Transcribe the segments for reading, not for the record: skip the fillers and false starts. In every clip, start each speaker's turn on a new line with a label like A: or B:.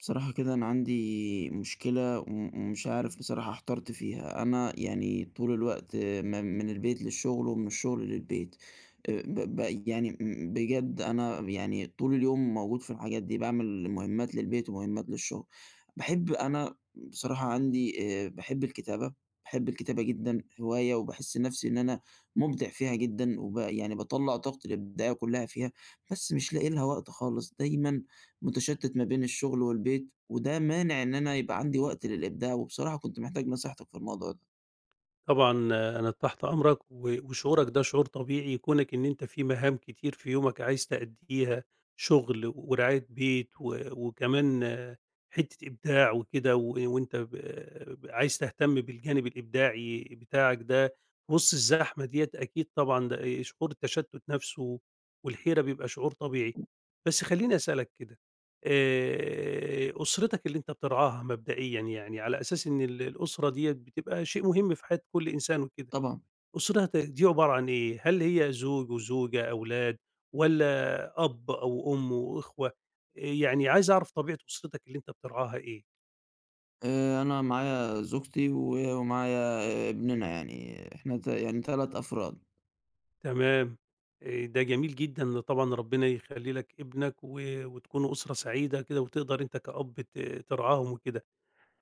A: بصراحة كده أنا عندي مشكلة ومش عارف بصراحة احترت فيها أنا يعني طول الوقت من البيت للشغل ومن الشغل للبيت. آه، ب- ب- يعني بجد أنا يعني طول اليوم موجود في الحاجات دي بعمل مهمات للبيت ومهمات للشغل. بحب أنا بصراحة عندي بحب الكتابة. بحب الكتابة جدا هواية وبحس نفسي إن أنا مبدع فيها جدا وب يعني بطلع طاقتي الإبداعية كلها فيها. بس مش لاقي لها وقت خالص دايما متشتت ما بين الشغل والبيت، وده مانع إن أنا يبقى عندي وقت للإبداع، وبصراحة كنت محتاج نصيحتك في الموضوع ده.
B: طبعًا آه، أنا تحت أمرك، و وشعورك ده شعور طبيعي كونك إن أنت في مهام كتير في يومك عايز تأدّيها، شغل ورعاية بيت وكمان حتّة إبداع وكده، و وأنت ب ب عايز تهتم بالجانب الإبداعي بتاعك ده وسط الزحمة ديّة، أكيد طبعًا ده شعور التشتُّت نَفْسه والحيرة بيبقى شعور طبيعي. بس خلّيني أسألك كده، أسرتك اللي أنت بترعاها مبدئيًا يعني، على أساس إن الأسرة ديّة بتبقى شيء مهم في حياة كل إنسان وكده،
A: طبعًا.
B: أسرتك دي عبارة عن إيه؟ هل هي زوج وزوجة، أولاد والّا أب أو أم وأخوة؟ يعني عايز أعرف طبيعة أسرتك اللي أنت بترعاها إيه؟
A: أنا معايا زوجتي ومعايا ابننا يعني، إحنا يعني 3 أفراد.
B: تمام. ده جميل جدًا طبعًا ربنا يخلّي لك ابنك و وتكونوا أسرة سعيدة كده وتقدر أنت كأب ترعاهم وكده.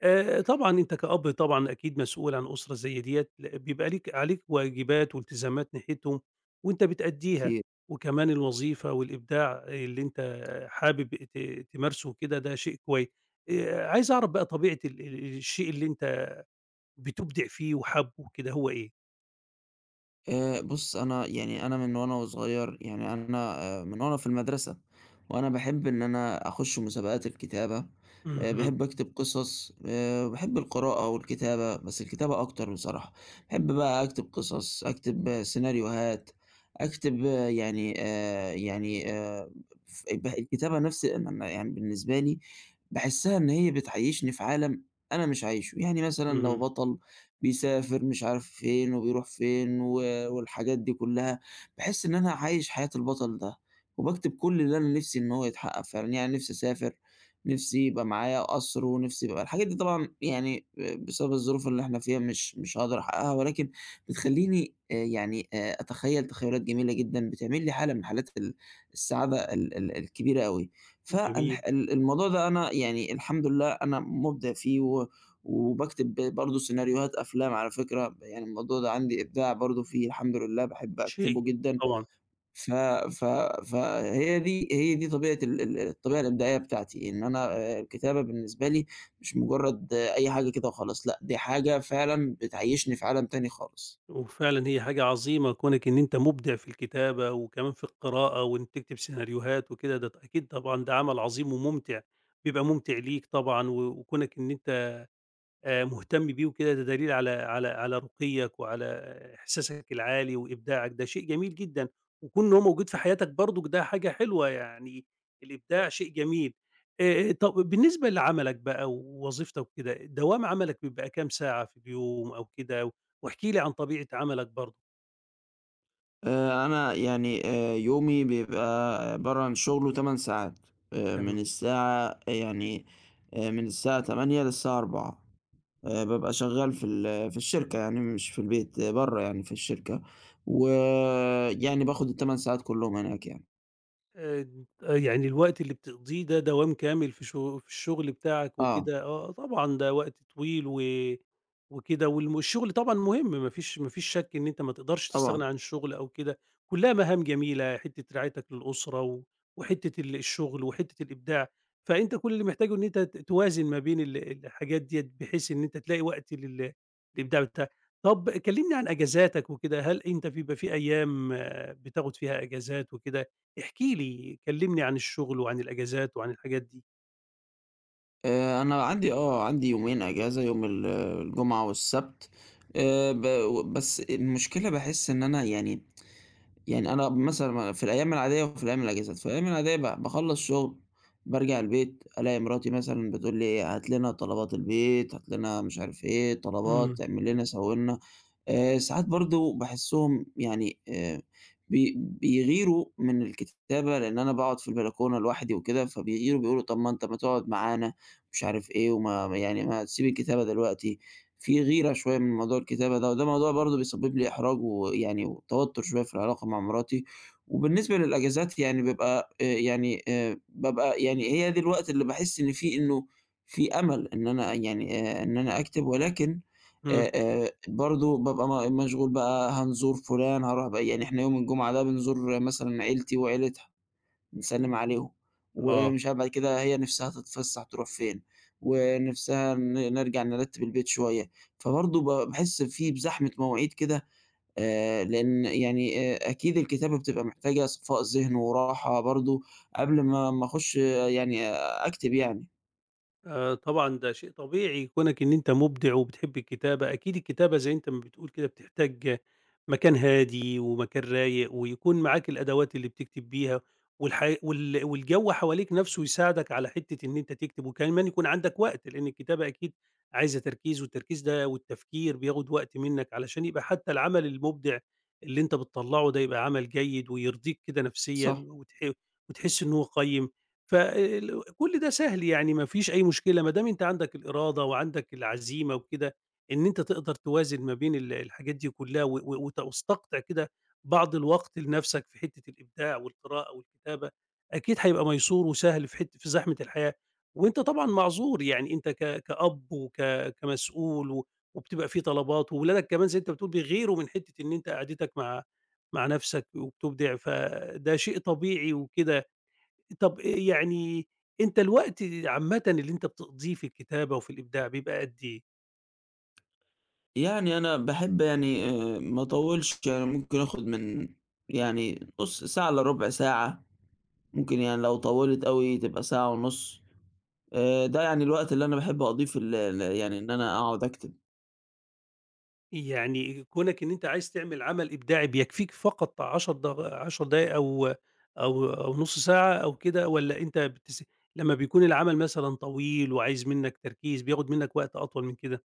B: طبعًا أنت كأب طبعًا أكيد مسؤول عن أسرة زي ديّة، بيبقى ليك عليك واجبات والتزامات ناحيتهم وأنت بتأدّيها،
A: كتير.
B: وكمان الوظيفة والإبداع اللي أنت حابب تمارسه وكده ده شيء كويس. عايز أعرف بقى طبيعة ال ال الشيء اللي أنت بتُبدع فيه وحابه وكده هو إيه؟
A: بُص، أنا يعني أنا من وأنا وصغير، يعني أنا من وأنا في المدرسة وأنا باحب إن أنا أخُش مسابقات الكتابة،
B: اهم.
A: باحب أكتب قصص، باحب القراءة والكتابة، بس الكتابة أكتر بصراحة. باحب بقى أكتب قصص، أكتب سيناريوهات، أكتب يعني يعني ف ب الكتابة نفس يعني بالنسبة لي باحسّها إن هي بتعيّشني في عالم أنا مش عايشه. يعني مثلًا لو
B: اهم.
A: بطل بيسافر مش عارف فين وبيروح فين والحاجات دي كلّها، باحس إن أنا عايش حياة البطل ده، وباكتب كل اللي أنا نفسي إن هو يتحقق فعلًا، يعني نفسي أسافر، نفسي يبقى معايا قصر، ونفسي يبقى الحاجات دي طبعًا يعني بسبب الظروف اللي إحنا فيها مش هاقدر أحققها، ولكن بتخلّيني يعني أتخيّل تخيّلات جميلة جدًا، بتعمل لي حالة من حالات السعادة ال ال الكبيرة أوي.
B: جميل.
A: الموضوع ده أنا يعني الحمد لله أنا مبدع فيه وباكتب برضه سيناريوهات أفلام على فكرة، يعني الموضوع ده عندي إبداع برضه فيه الحمد لله، باحب
B: شيء جميل
A: أكتبه جدًا.
B: طبعًا.
A: ف ف فهي دي هي دي طبيعة ال ال الطبيعة الإبداعية بتاعتي، إن أنا الكتابة بالنسبة لي مش مجرّد أي حاجة كده وخلاص، لأ دي حاجة فعلًا بتعيّشني في عالم تاني خالص.
B: وفعلًا هي حاجة عظيمة كونك إن أنت مُبدع في الكتابة وكمان في القراءة وإنك تكتب سيناريوهات وكده، ده أكيد طبعًا ده عمل عظيم ومُمتع، بيبقى مُمتع ليك طبعًا، و وكونك إن أنت مهتم بيه وكده، ده دليل على رقيّك وعلى إحساسك العالي وإبداعك، ده شيء جميل جدًا، وكون هو موجود في حياتك برضك ده حاجة حلوة، يعني الإبداع شيء جميل. طب بالنسبة لعملك بقى ووظيفتك وكده، دوام عملك بيبقى كام ساعة في اليوم أو كده؟ واحكِ لي عن طبيعة عملك برضه.
A: أنا يعني يومي بيبقى عبارة عن شغل و8 ساعات، من
B: بتعمل
A: الساعة يعني من الساعة 08:00 للساعة 16:00. بابقى شغّال في الشركة يعني مش في البيت، برّه يعني في الشركة، ويعني باخُد ال8 ساعات كُلّهم هناك يعني.
B: آآ، يعني الوقت اللي بتقضيه ده دوام كامل في شغ في الشغل بتاعك
A: آه،
B: وكده، آه آه، طبعًا ده وقت طويل و وكده والم الشغل طبعًا مهم، ما فيش شك إن أنت ما تقدرش تستغنى
A: طبعًا.
B: عن الشغل أو كده، كلها مهام جميلة، حتة رعايتك للأسرة وحتة الشغل وحتة الإبداع، فأنت كل اللي محتاجه إن أنت توازن ما بين الحاجات ديّة بحيث إن أنت تلاقي وقت للإبداع بتاعك. طب كلمني عن أجازاتك وكده، هل أنت بيبقى في أيام آه، بتاخد فيها أجازات وكده؟ احكِ لي، كلّمني عن الشغل وعن الأجازات وعن الحاجات دي.
A: أنا عندي يومين إجازة، يوم الجمعة والسبت، آآ ب بس المشكلة باحس إن أنا يعني يعني أنا مثلًا في الأيام العادية وفي الأيام الأجازات، في الأيام العادية باخلّص شُغل، بارجع البيت ألاقي مراتي مثلًا بتقول لي: إيه، "هات لنا طلبات البيت، هات لنا مش عارف إيه،
B: إمم.
A: طلبات، اعمل لنا، سوّي لنا." ساعات برضه باحسّهم يعني بيغيروا من الكتابة، لإن أنا باقعد في البلكونة لوحدي وكده، فبيغيروا بيقولوا طَب ما أنت ما تقعد معانا، مش عارف إيه، يعني ما تسيب الكتابة دلوقتي، في غيرة شوية من موضوع الكتابة ده، وده موضوع برضه بيسبب لي إحراج ويعني وتوتر شوية في العلاقة مع مراتي، وبالنسبة للأجازات يعني بابقى يعني هي دي الوقت اللي باحس إن فيه إنه في أمل إن أنا يعني إن أنا أكتب، ولكن
B: إمم.
A: برضه بابقى مشغول بقى هنزور فلان، هاروح يعني إحنا يوم الجمعة ده بنزور مثلًا عيلتي وعيلتها، بنسلِّم عليهم،
B: آه.
A: ومش عارف بعد كده هي نِفْسها تتفسّح تروح فين، ونِفْسها نرجع نرتّب البيت شوية، فبرضه باحس بزحمة مواعيد كده لإن يعني أكيد الكتابة بتبقى محتاجة صفاء ذهن وراحة برضه قبل ما أخُش يعني أكتب يعني،
B: طبعًا ده شيء طبيعي كونك إن أنت مُبدع وبتحب الكتابة، أكيد الكتابة زي أنت ما بتقول كده بتحتاج مكان هادي ومكان رايق ويكون معاك الأدوات اللي بتكتب بيها والح وال والجَو حواليك نَفْسه يساعدك على حتّة إن أنت تكتب وكمان يكون عندك وقت، لإن الكتابة أكيد عايزة تركيز، والتركيز ده والتفكير بياخُد وقت منّك علشان يبقى حتّى العمل المُبدع اللي أنت بتطلّعه ده يبقى عمل جيد ويرضيك كده نفسيًا
A: صح.
B: وتحس إن هو قيّم. ف ال كل ده سهل، يعني ما فيش أي مشكلة، ما دام أنت عندك الإرادة وعندك العزيمة وكده، إن أنت تقدر توازن ما بين الحاجات دي كلها، و و وت وتستقطع كده بعض الوقت لنفسك في حتة الإبداع والقراءة والكتابة، أكيد هيبقى ميسور وسهل في حت في زحمة الحياة، وأنت طبعًا معذور، يعني أنت كأب كمسؤول، و وبتبقى في طلبات، وولادك كمان زي أنت بتقول بيغيروا من حتة إن أنت قعدتك مع نفسك وبتبدع، فده شيء طبيعي وكده. طب يعني أنت الوقت عامةً اللي أنت بتقضيه في الكتابة وفي الإبداع بيبقى قد إيه؟
A: يعني أنا باحب يعني ما أطوّلش، يعني ممكن آخُد من يعني نُص ساعة إلّا رُبع ساعة، ممكن يعني لو طوّلت أوي تبقى ساعة ونُص، ده يعني الوقت اللي أنا باحب أقضيه في ال ال يعني إن أنا أقعُد أكتب.
B: يعني كونك إن أنت عايز تعمل عمل إبداعي بيكفيك فقط 10 دقايق، أو أو نُص ساعة أو كده، والّا أنت لمّا بيكون العمل مثلًا طويل وعايز منّك تركيز بياخد منّك وقت أطول من كده؟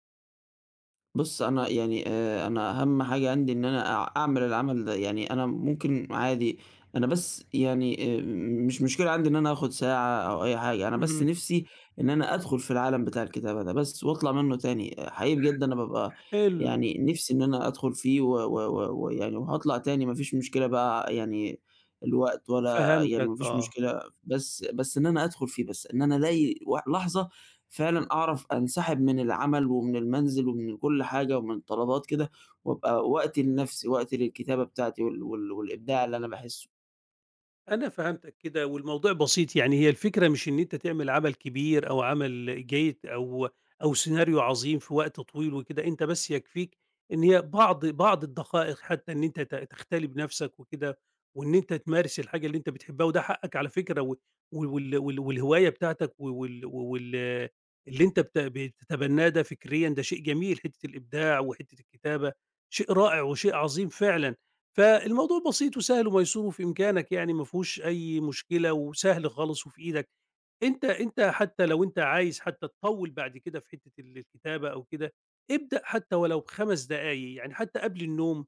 A: بُص، أنا يعني أنا أهم حاجة عندي إن أنا أعمل العمل ده، يعني أنا ممكن عادي أنا بس يعني مش مشكلة عندي إن أنا آخد ساعة أو أي حاجة، أنا بس
B: اهم.
A: نِفْسي إن أنا أدخل في العالم بتاع الكتابة ده بس وأطلع منّه تاني، حقيقي بجد أنا بابقى
B: حلو.
A: يعني نِفْسي إن أنا أدخل فيه ويعني و و و ويعني وهاطلع تاني ما فيش مشكلة بقى يعني الوقت ولا يعني
B: فهمتك
A: ما فيش
B: آه.
A: مشكلة، بس إن أنا أدخل فيه، بس إن أنا ألاقي و لحظة فعلًا أعرف أنسحب من العمل ومن المنزل ومن كل حاجة ومن الطلبات كده، وأبقى وقتي لنفسي، وقتي للكتابة بتاعتي والإبداع اللي أنا باحسه.
B: أنا فهمتك كده، والموضوع بسيط، يعني هي الفكرة مش إن أنت تعمل عمل كبير أو عمل جيد أو سيناريو عظيم في وقت طويل وكده، أنت بس يكفيك إن هي بعض الدقائق، حتى إن أنت تختلي بنفسك وكده، وإن أنت تمارس الحاجة اللي أنت بتحبها، وده حقك على فكرة، و وال وال وال- والهواية بتاعتك و وال وال اللي أنت بتتبناه ده فكريًا، ده شيء جميل، حتة الإبداع وحتة الكتابة، شيء رائع وشيء عظيم فعلًا. فالموضوع بسيط وسهل وميسور وفي إمكانك، يعني ما فيهوش أي مشكلة وسهل خالص وفي إيدك. أنت حتى لو أنت عايز حتى تطوّل بعد كده في حتّة الكتابة أو كده، ابدأ حتى ولو ب5 دقايق، يعني حتى قبل النوم،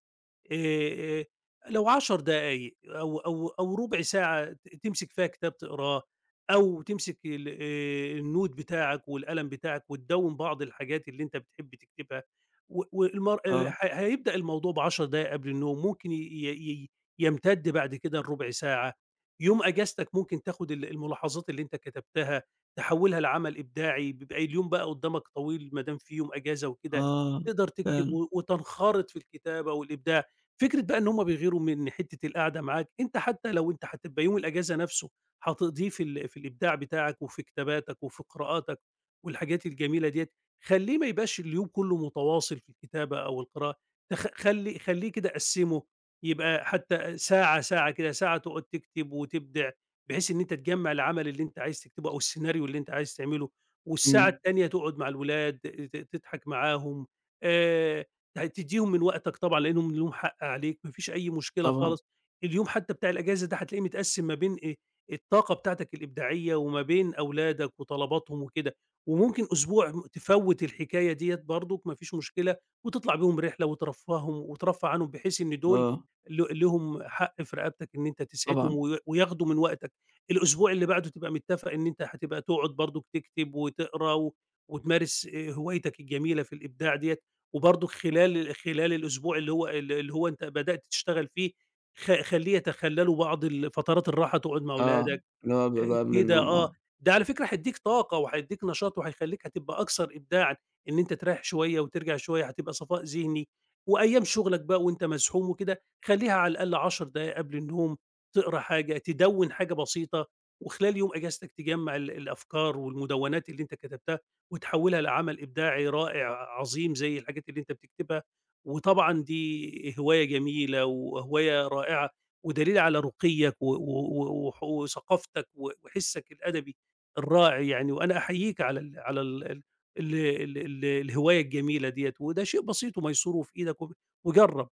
B: آآ، لو 10 دقايق أو أو ربع ساعة تمسك فيها كتاب تقراه، أو تمسك ال النود بتاعك والقلم بتاعك وتدوّن بعض الحاجات اللي أنت بتحب تكتبها، و والمر ه
A: آه،
B: هيبدأ الموضوع ب10 دقايق قبل النوم، ممكن ي ي ي يمتد بعد كده لربع ساعة. يوم اجازتك ممكن تاخد الملاحظات اللي انت كتبتها، تحوّلها لعمل إبداعي، بيبقى اليوم بقى قدّامك طويل ما دام في يوم أجازة وكده،
A: آه،
B: تقدر تكتب
A: فعلًا،
B: وتنخرط في الكتابة والإبداع. فكرة بقى إن هم بيغيروا من حتّة القعدة معاك، أنت حتّى لو أنت هتبقى يوم الأجازة نفسه هتقضيه في ال في الإبداع بتاعك وفي كتاباتك وفي قراءاتك والحاجات الجميلة ديّة، خلّيه ما يبقاش اليوم كلّه متواصل في الكتابة أو القراءة، تخ خلّي خلّيه كده قسّمه، يبقى حتى ساعة، ساعة كده، ساعة تقعد تكتب وتبدع، بحيث إن أنت تجمّع العمل اللي أنت عايز تكتبه أو السيناريو اللي أنت عايز تعمله، والساعة
A: إمم،
B: التانية تقعد مع الولاد تضحك معاهم، آآ، ت تدّيهم من وقتك طبعًا لأنهم ليهم حق عليك، ما فيش أي مشكلة
A: طبعًا،
B: خالص. اليوم حتى بتاع الأجازة ده هتلاقيه متقسّم ما بين الطاقة بتاعتك الإبداعية وما بين أولادك وطلباتهم وكده، وممكن أسبوع م تفوّت الحكاية ديّة برضُك، ما فيش مشكلة، وتطلع بيهم رحلة وترفّههم وترفّه عنهم، بحيث إن دول
A: آه،
B: لهم حق في رقبتك إن أنت تسعدهم
A: طبعًا،
B: وياخدوا من وقتك، الأسبوع اللي بعده تبقى متّفق إن أنت هتبقى تقعد برضُك تكتب وتقرا، و وتمارس هوايتك الجميلة في الإبداع ديّة، وبرضُك خلال الأسبوع اللي هو اللي هو أنت بدأت تشتغل فيه خلّيه يتخلّلوا بعض فترات الراحة تقعد مع
A: آه،
B: ولادك،
A: اللي هو بيبقى قبل
B: كده
A: النوم،
B: آه.
A: آه.
B: ده على فكرة هيدّيك طاقة وهيدّيك نشاط وهيخلّيك هتبقى أكثر إبداعًا، إن أنت تريّح شوية وترجع شوية هتبقى صفاء ذهني، وأيام شغلك بقى وأنت مزحوم وكده خلّيها على الأقل 10 دقايق قبل النوم، تقرا حاجة، تدوّن حاجة بسيطة، وخلال يوم أجازتك تجمّع الأفكار والمدوّنات اللي أنت كتبتها وتحوّلها لعمل إبداعي رائع عظيم زي الحاجات اللي أنت بتكتبها، وطبعًا دي هواية جميلة وهواية رائعة. ودليل على رقيك و و وح وثقافتك وحسك الأدبي الرائع يعني، وأنا أحييك على ال على ال ال ال ال ال الهواية الجميلة ديّة، وده شيء بسيط وميسور وفي إيدك وجرّب.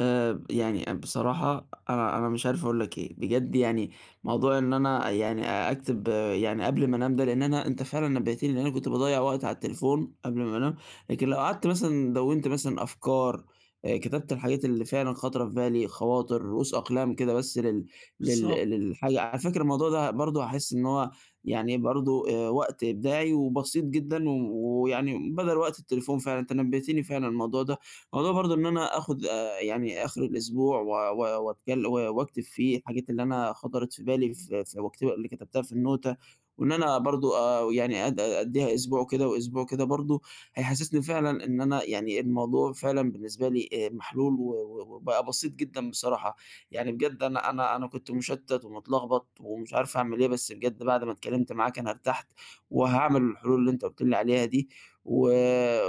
A: يعني بصراحة أنا مش عارف أقول لك إيه، بجد يعني موضوع إن أنا يعني أكتب يعني قبل ما أنام ده لإن أنت فعلًا نبهتني لإن أنا كنت باضيّع وقت على التليفون قبل ما أنام، لكن لو قعدت مثلًا دونت مثلًا أفكار، كتبت الحاجات اللي فعلًا خاطرة في بالي، خواطر، رؤوس أقلام كده بس لل لل
B: بالضبط.
A: للحاجة على فكرة الموضوع ده برضه هاحس إن هو يعني برضه وقت إبداعي وبسيط جدًا ويعني بدل وقت التليفون فعلًا، أنت نبهتني فعلًا الموضوع ده، موضوع برضه إن أنا آخد يعني آخر الأسبوع و و وأتكل وأكتب فيه الحاجات اللي أنا خطرت في بالي في اللي كتبتها في النوتة، وإن أنا برضه يعني أدّيها أسبوع كده وأسبوع كده برضه، هيحسسني فعلًا إن أنا يعني الموضوع فعلًا بالنسبة لي محلول و و وبقى بسيط جدًا بصراحة، يعني بجد أنا كنت مشتت ومتلخبط ومش عارف أعمل إيه، بس بجد بعد ما اتكلمت معاك أنا ارتحت، وهاعمل الحلول اللي أنت قُلت لي عليها دي، و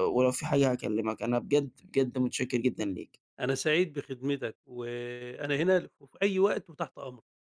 A: ولو في حاجة هاكلمك، أنا بجد، بجد متشكر جدًا ليك.
B: أنا سعيد بخدمتك، وأنا هنا في أي وقت وتحت أمرك.